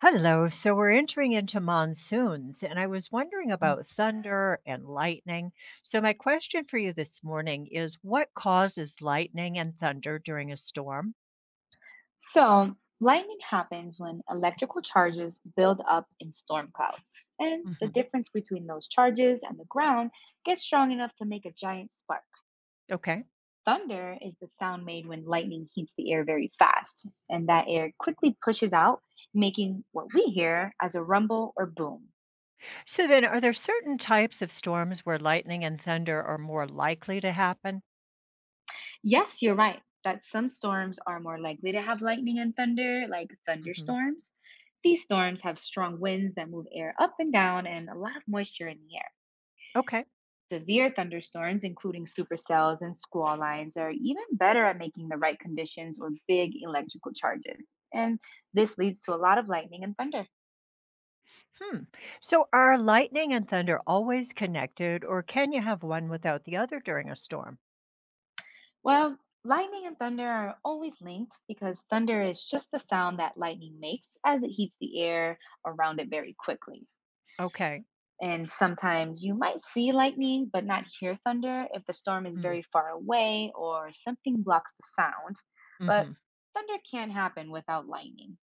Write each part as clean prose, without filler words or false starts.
Hello. So we're entering into monsoons, and I was wondering about thunder and lightning. So, my question for you this morning is what causes lightning and thunder during a storm? So, lightning happens when electrical charges build up in storm clouds, and the Hmm. difference between those charges and the ground gets strong enough to make a giant spark. Okay. Thunder is the sound made when lightning heats the air very fast, and that air quickly pushes out, making what we hear as a rumble or boom. So, then are there certain types of storms where lightning and thunder are more likely to happen? Yes, you're right that some storms are more likely to have lightning and thunder, like Hmm. thunderstorms. These storms have strong winds that move air up and down and a lot of moisture in the air. Okay. Severe thunderstorms, including supercells and squall lines, are even better at making the right conditions or big electrical charges. And this leads to a lot of lightning and thunder. Hmm. So, are lightning and thunder always connected, or can you have one without the other during a storm? Well, lightning and thunder are always linked because thunder is just the sound that lightning makes as it heats the air around it very quickly. Okay. And sometimes you might see lightning but not hear thunder if the storm is very far away or something blocks the sound. But Mm-hmm. thunder can happen without lightning.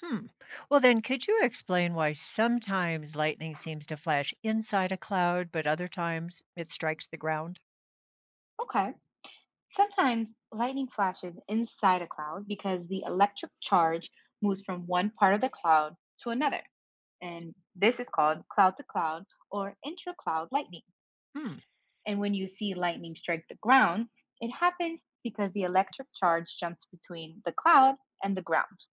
Hmm. Well, then, could you explain why sometimes lightning seems to flash inside a cloud, but other times it strikes the ground? Okay. Sometimes lightning flashes inside a cloud because the electric charge moves from one part of the cloud to another. And this is called cloud to cloud or intra-cloud lightning. Hmm. And when you see lightning strike the ground, it happens because the electric charge jumps between the cloud and the ground.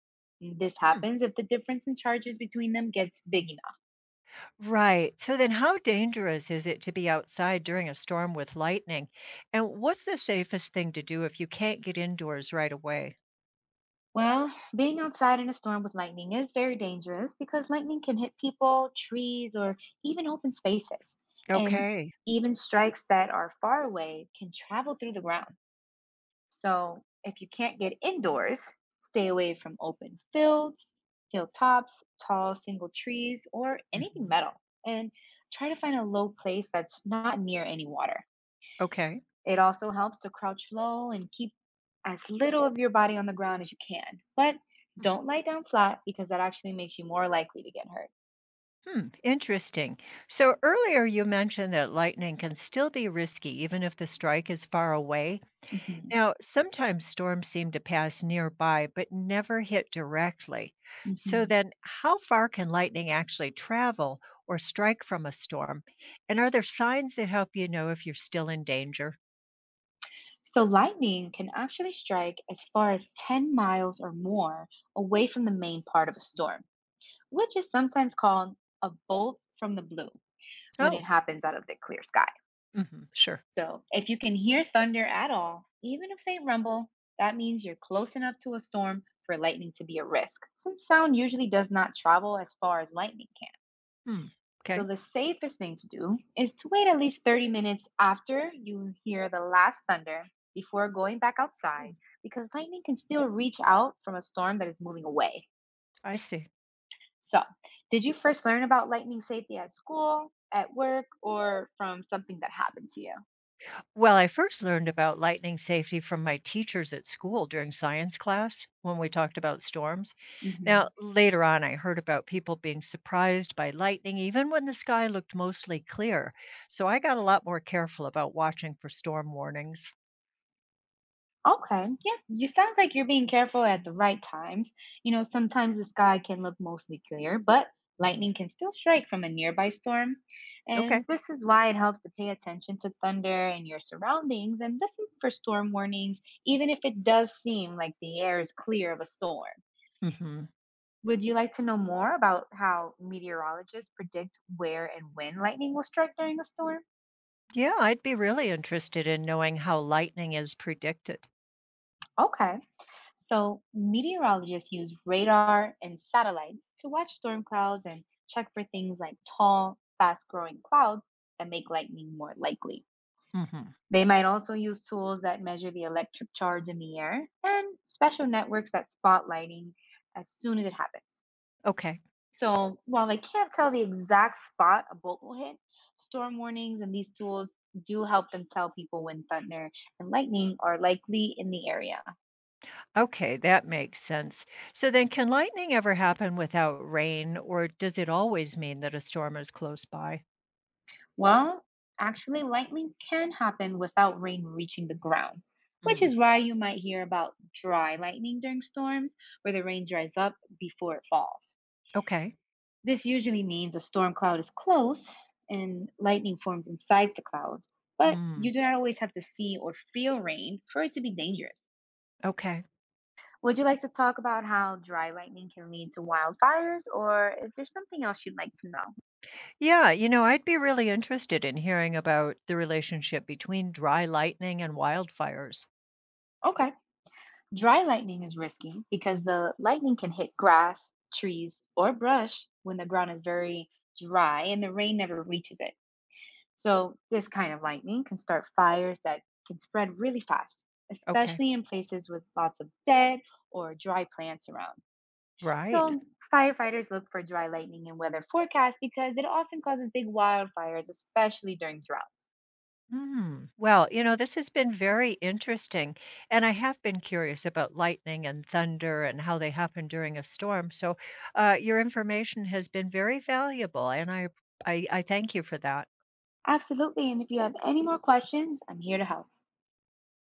This Hmm. happens if the difference in charges between them gets big enough. Right. So then, how dangerous is it to be outside during a storm with lightning? And what's the safest thing to do if you can't get indoors right away? Well, being outside in a storm with lightning is very dangerous because lightning can hit people, trees, or even open spaces. And Okay. even strikes that are far away can travel through the ground. So if you can't get indoors, stay away from open fields, hilltops, tall single trees, or anything Hmm. metal. And try to find a low place that's not near any water. Okay. It also helps to crouch low and keep as little of your body on the ground as you can. But Hmm. don't lie down flat because that actually makes you more likely to get hurt. Hmm, interesting. So earlier you mentioned that lightning can still be risky even if the strike is far away. Hmm. Now, sometimes storms seem to pass nearby but never hit directly. So Hmm. then, how far can lightning actually travel or strike from a storm? And are there signs that help you know if you're still in danger? So, lightning can actually strike as far as 10 miles or more away from the main part of a storm, which is sometimes called a bolt from the blue when it Oh, happens out of the clear sky. hmm, sure. So, if you can hear thunder at all, even a faint rumble, that means you're close enough to a storm for lightning to be a risk, since sound usually does not travel as far as lightning can. Hmm. So, Okay. the safest thing to do is to wait at least 30 minutes after you hear the last thunder before going back outside, Hmm, because lightning can still reach out from a storm that is moving away. I see. So, did you first learn about lightning safety at school, at work, or from something that happened to you? Well, I first learned about lightning safety from my teachers at school during science class when we talked about storms. Now, Mhm. later on, I heard about people being surprised by lightning even when the sky looked mostly clear. So I got a lot more careful about watching for storm warnings. Okay, yeah, you sounds like you're being careful at the right times. You know, sometimes the sky can look mostly clear, but Hmm. lightning can still strike from a nearby storm. Okay. And this is why it helps to pay attention to thunder and your surroundings and listen for storm warnings, even if it does seem like the air is clear of a storm. Hmm. Would you like to know more about how meteorologists predict where and when lightning will strike during a storm? Yeah, I'd be really interested in knowing how lightning is predicted. Okay. So, meteorologists use radar and satellites to watch storm clouds and check for things like tall, fast growing clouds that make lightning more likely. Hmm. They might also use tools that measure the electric charge in the air and special networks that spot lightning as soon as it happens. Okay. So, while they can't tell the exact spot a bolt will hit, storm warnings and these tools do help them tell people when thunder and lightning are likely in the area. Okay, that makes sense. So then, can lightning ever happen without rain, or does it always mean that a storm is close by? Well, actually, lightning can happen without rain reaching the ground, which Mm. is why you might hear about dry lightning during storms, where the rain dries up before it falls. Okay. This usually means a storm cloud is close and lightning forms inside the clouds, but Mm. you do not always have to see or feel rain for it to be dangerous. Okay. Would you like to talk about how dry lightning can lead to wildfires, or is there something else you'd like to know? Yeah, I'd be really interested in hearing about the relationship between dry lightning and wildfires. Okay. Dry lightning is risky because the lightning can hit grass, trees, or brush when the ground is very dry and the rain never reaches it. So, this kind of lightning can start fires that can spread really fast, Okay. especially in places with lots of dead or dry plants around. Right. So, firefighters look for dry lightning in weather forecasts because it often causes big wildfires, especially during droughts. Mm. Well, this has been very interesting. And I have been curious about lightning and thunder and how they happen during a storm. So your information has been very valuable. And I thank you for that. Absolutely. And if you have any more questions, I'm here to help.